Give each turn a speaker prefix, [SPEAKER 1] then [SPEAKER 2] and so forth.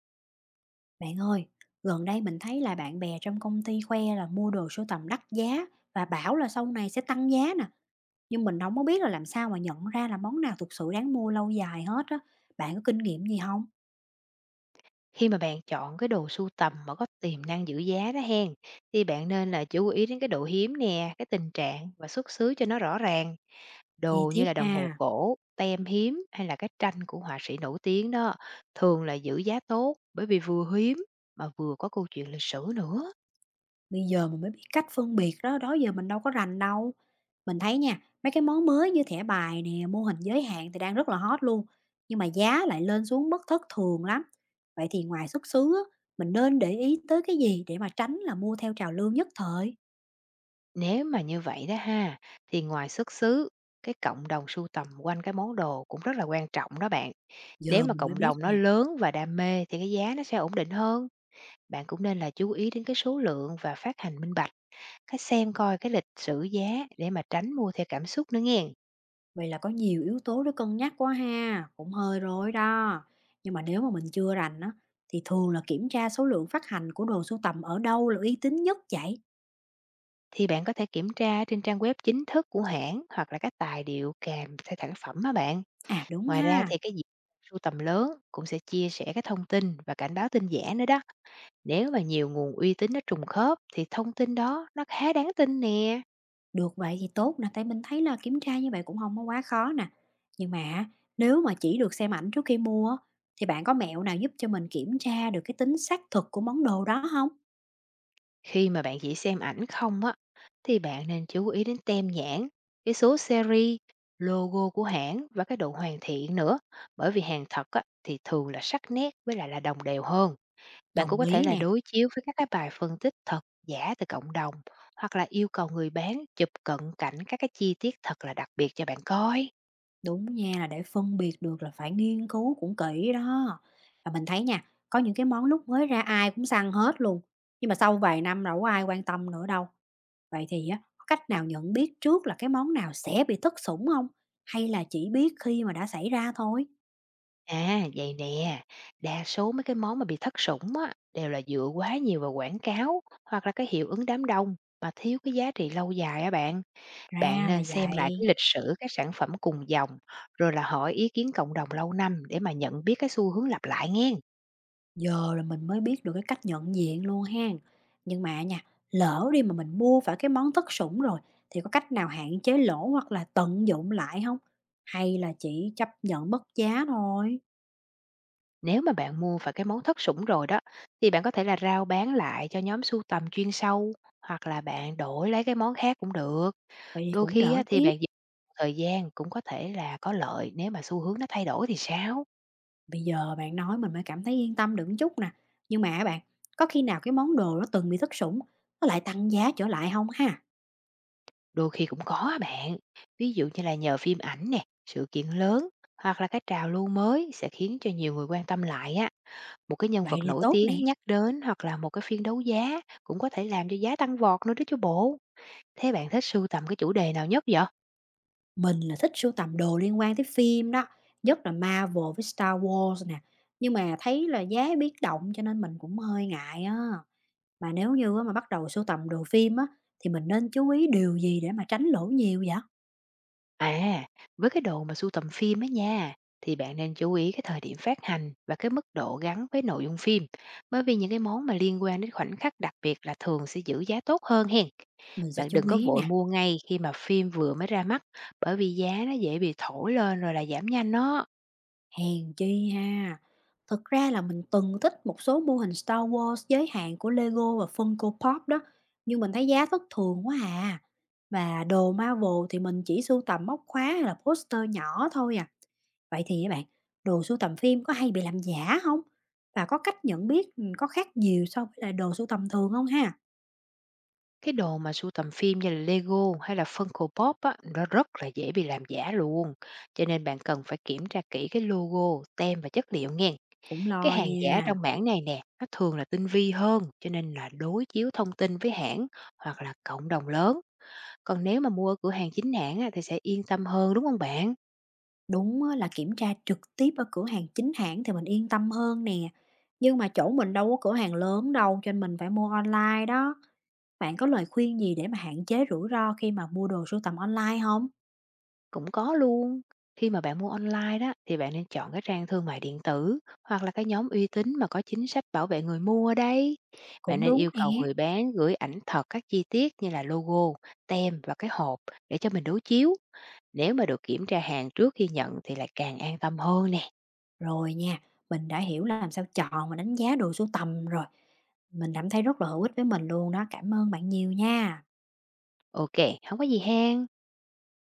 [SPEAKER 1] Bạn ơi, gần đây mình thấy là bạn bè trong công ty khoe là mua đồ sưu tầm đắt giá và bảo là sau này sẽ tăng giá nè. Nhưng mình không có biết là làm sao mà nhận ra là món nào thực sự đáng mua lâu dài hết á. Bạn có kinh nghiệm gì không?
[SPEAKER 2] Khi mà bạn chọn cái đồ sưu tầm mà có tiềm năng giữ giá đó hen, thì bạn nên là chú ý đến cái độ hiếm nè, cái tình trạng và xuất xứ cho nó rõ ràng.
[SPEAKER 1] Chi
[SPEAKER 2] Đồ như
[SPEAKER 1] tiết
[SPEAKER 2] là đồng
[SPEAKER 1] ha.
[SPEAKER 2] hồ cổ, tem hiếm hay là cái tranh của họa sĩ nổi tiếng đó, thường là giữ giá tốt bởi vì vừa hiếm mà vừa có câu chuyện lịch sử nữa.
[SPEAKER 1] Bây giờ mình mới biết cách phân biệt đó, đó giờ mình đâu có rành đâu. Mình thấy nha, mấy cái món mới như thẻ bài nè, mô hình giới hạn thì đang rất là hot luôn. Nhưng mà giá lại lên xuống bất thất thường lắm. Vậy thì ngoài xuất xứ á, mình nên để ý tới cái gì để mà tránh là mua theo trào lưu nhất thời?
[SPEAKER 2] Nếu mà như vậy đó ha, thì ngoài xuất xứ, cái cộng đồng sưu tầm quanh cái món đồ cũng rất là quan trọng đó bạn. Nếu
[SPEAKER 1] Giờ
[SPEAKER 2] mà
[SPEAKER 1] mình mới
[SPEAKER 2] cộng
[SPEAKER 1] biết
[SPEAKER 2] đồng nó
[SPEAKER 1] nè,
[SPEAKER 2] lớn và đam mê thì cái giá nó sẽ ổn định hơn. Bạn cũng nên là chú ý đến cái số lượng và phát hành minh bạch, cái xem coi cái lịch sử giá để mà tránh mua theo cảm xúc nữa nghe.
[SPEAKER 1] vậy là có nhiều yếu tố để cân nhắc quá ha, cũng hơi rối đó. Nhưng mà nếu mà mình chưa rành á, thì thường là kiểm tra số lượng phát hành của đồ sưu tầm ở đâu là uy tín nhất vậy?
[SPEAKER 2] Thì bạn có thể kiểm tra trên trang web chính thức của hãng hoặc là các tài liệu kèm theo sản phẩm á bạn.
[SPEAKER 1] À đúng
[SPEAKER 2] Ngoài ra
[SPEAKER 1] ha,
[SPEAKER 2] thì cái diện sưu tầm lớn cũng sẽ chia sẻ cái thông tin và cảnh báo tin giả nữa đó. Nếu mà nhiều nguồn uy tín nó trùng khớp thì thông tin đó nó khá đáng tin nè.
[SPEAKER 1] được vậy thì tốt nè, tại mình thấy là kiểm tra như vậy cũng không có quá khó nè. Nhưng mà á, nếu mà chỉ được xem ảnh trước khi mua á, thì bạn có mẹo nào giúp cho mình kiểm tra được cái tính xác thực của món đồ đó không?
[SPEAKER 2] Khi mà bạn chỉ xem ảnh không á, thì bạn nên chú ý đến tem nhãn, cái số series, logo của hãng và cái độ hoàn thiện nữa. Bởi vì hàng thật á, thì thường là sắc nét với lại là đồng đều hơn. Bạn cũng
[SPEAKER 1] Đồng
[SPEAKER 2] có thể
[SPEAKER 1] ý
[SPEAKER 2] là
[SPEAKER 1] nè.
[SPEAKER 2] đối chiếu với các cái bài phân tích thật giả từ cộng đồng hoặc là yêu cầu người bán chụp cận cảnh các cái chi tiết thật là đặc biệt cho bạn coi.
[SPEAKER 1] Đúng nha, là để phân biệt được là phải nghiên cứu cũng kỹ đó. Và mình thấy nha, có những cái món lúc mới ra ai cũng săn hết luôn, nhưng mà sau vài năm đâu có ai quan tâm nữa đâu. Vậy thì á, có cách nào nhận biết trước là cái món nào sẽ bị thất sủng không? Hay là chỉ biết khi mà đã xảy ra thôi?
[SPEAKER 2] À, vậy nè, đa số mấy cái món mà bị thất sủng á, đều là dựa quá nhiều vào quảng cáo hoặc là cái hiệu ứng đám đông mà thiếu cái giá trị lâu dài á bạn. Bạn
[SPEAKER 1] Ra là
[SPEAKER 2] nên xem lại cái
[SPEAKER 1] vậy.
[SPEAKER 2] lịch sử các sản phẩm cùng dòng, rồi là hỏi ý kiến cộng đồng lâu năm để mà nhận biết cái xu hướng lặp lại nghe.
[SPEAKER 1] Giờ là mình mới biết được cái cách nhận diện luôn ha. Nhưng mà nha, lỡ đi mà mình mua phải cái món thất sủng rồi thì có cách nào hạn chế lỗ hoặc là tận dụng lại không? Hay là chỉ chấp nhận mất giá thôi?
[SPEAKER 2] Nếu mà bạn mua phải cái món thất sủng rồi đó, thì bạn có thể là rao bán lại cho nhóm sưu tầm chuyên sâu, hoặc là bạn đổi lấy cái món khác cũng được.
[SPEAKER 1] Vậy thì
[SPEAKER 2] Đôi
[SPEAKER 1] cũng
[SPEAKER 2] khi
[SPEAKER 1] đỡ
[SPEAKER 2] á, thì
[SPEAKER 1] tiếc.
[SPEAKER 2] bạn dành thời gian cũng có thể là có lợi nếu mà xu hướng nó thay đổi thì sao?
[SPEAKER 1] Bây giờ bạn nói mình mới cảm thấy yên tâm được một chút nè. Nhưng mà á bạn, có khi nào cái món đồ nó từng bị thất sủng, nó lại tăng giá trở lại không ha?
[SPEAKER 2] Đôi khi cũng có á bạn. Ví dụ như là nhờ phim ảnh nè, sự kiện lớn hoặc là cái trào lưu mới sẽ khiến cho nhiều người quan tâm lại á. Một cái nhân
[SPEAKER 1] Vậy
[SPEAKER 2] vật
[SPEAKER 1] thì
[SPEAKER 2] nổi
[SPEAKER 1] tốt nè.
[SPEAKER 2] tiếng nhắc đến hoặc là một cái phiên đấu giá cũng có thể làm cho giá tăng vọt nữa đó chứ bộ. Thế bạn thích sưu tầm cái chủ đề nào nhất vậy?
[SPEAKER 1] Mình là thích sưu tầm đồ liên quan tới phim đó, nhất là Marvel với Star Wars nè, nhưng mà thấy là giá biến động cho nên mình cũng hơi ngại á. Mà nếu như á mà bắt đầu sưu tầm đồ phim á, thì mình nên chú ý điều gì để mà tránh lỗ nhiều vậy?
[SPEAKER 2] À, với cái đồ mà sưu tầm phim ấy nha, thì bạn nên chú ý cái thời điểm phát hành và cái mức độ gắn với nội dung phim, bởi vì những cái món mà liên quan đến khoảnh khắc đặc biệt là thường sẽ giữ giá tốt hơn hen.
[SPEAKER 1] Mình sẽ
[SPEAKER 2] Bạn đừng
[SPEAKER 1] chú
[SPEAKER 2] có
[SPEAKER 1] ý
[SPEAKER 2] vội
[SPEAKER 1] nè,
[SPEAKER 2] mua ngay khi mà phim vừa mới ra mắt, bởi vì giá nó dễ bị thổi lên rồi là giảm nhanh đó.
[SPEAKER 1] hèn chi ha. Thực ra là mình từng thích một số mô hình Star Wars giới hạn của Lego và Funko Pop đó, nhưng mình thấy giá thất thường quá à. Và đồ Marvel thì mình chỉ sưu tầm móc khóa hay là poster nhỏ thôi à. Vậy thì các bạn, đồ sưu tầm phim có hay bị làm giả không? Và có cách nhận biết, có khác nhiều so với lại đồ sưu tầm thường không ha?
[SPEAKER 2] Cái đồ mà sưu tầm phim như là Lego hay là Funko Pop á, nó rất là dễ bị làm giả luôn. Cho nên bạn cần phải kiểm tra kỹ cái logo, tem và chất liệu nghe.
[SPEAKER 1] Cũng
[SPEAKER 2] Cái
[SPEAKER 1] lo
[SPEAKER 2] hàng giả
[SPEAKER 1] nha.
[SPEAKER 2] trong mảng này nè, nó thường là tinh vi hơn, cho nên là đối chiếu thông tin với hãng hoặc là cộng đồng lớn. Còn nếu mà mua ở cửa hàng chính hãng á, thì sẽ yên tâm hơn đúng không bạn?
[SPEAKER 1] Đúng á, là kiểm tra trực tiếp ở cửa hàng chính hãng thì mình yên tâm hơn nè, nhưng mà chỗ mình đâu có cửa hàng lớn đâu cho nên mình phải mua online đó. Bạn có lời khuyên gì để mà hạn chế rủi ro khi mà mua đồ sưu tầm online không?
[SPEAKER 2] Cũng có luôn. Khi mà bạn mua online đó thì bạn nên chọn cái trang thương mại điện tử hoặc là cái nhóm uy tín mà có chính sách bảo vệ người mua đây. Bạn
[SPEAKER 1] Cũng
[SPEAKER 2] nên
[SPEAKER 1] đúng
[SPEAKER 2] yêu
[SPEAKER 1] nè.
[SPEAKER 2] cầu người bán gửi ảnh thật các chi tiết như là logo, tem và cái hộp để cho mình đối chiếu. Nếu mà được kiểm tra hàng trước khi nhận thì lại càng an tâm hơn nè.
[SPEAKER 1] Rồi nha, mình đã hiểu là làm sao chọn và đánh giá đồ sưu tầm rồi. Mình cảm thấy rất là hữu ích với mình luôn đó. Cảm ơn bạn nhiều nha.
[SPEAKER 2] OK, không có gì hen.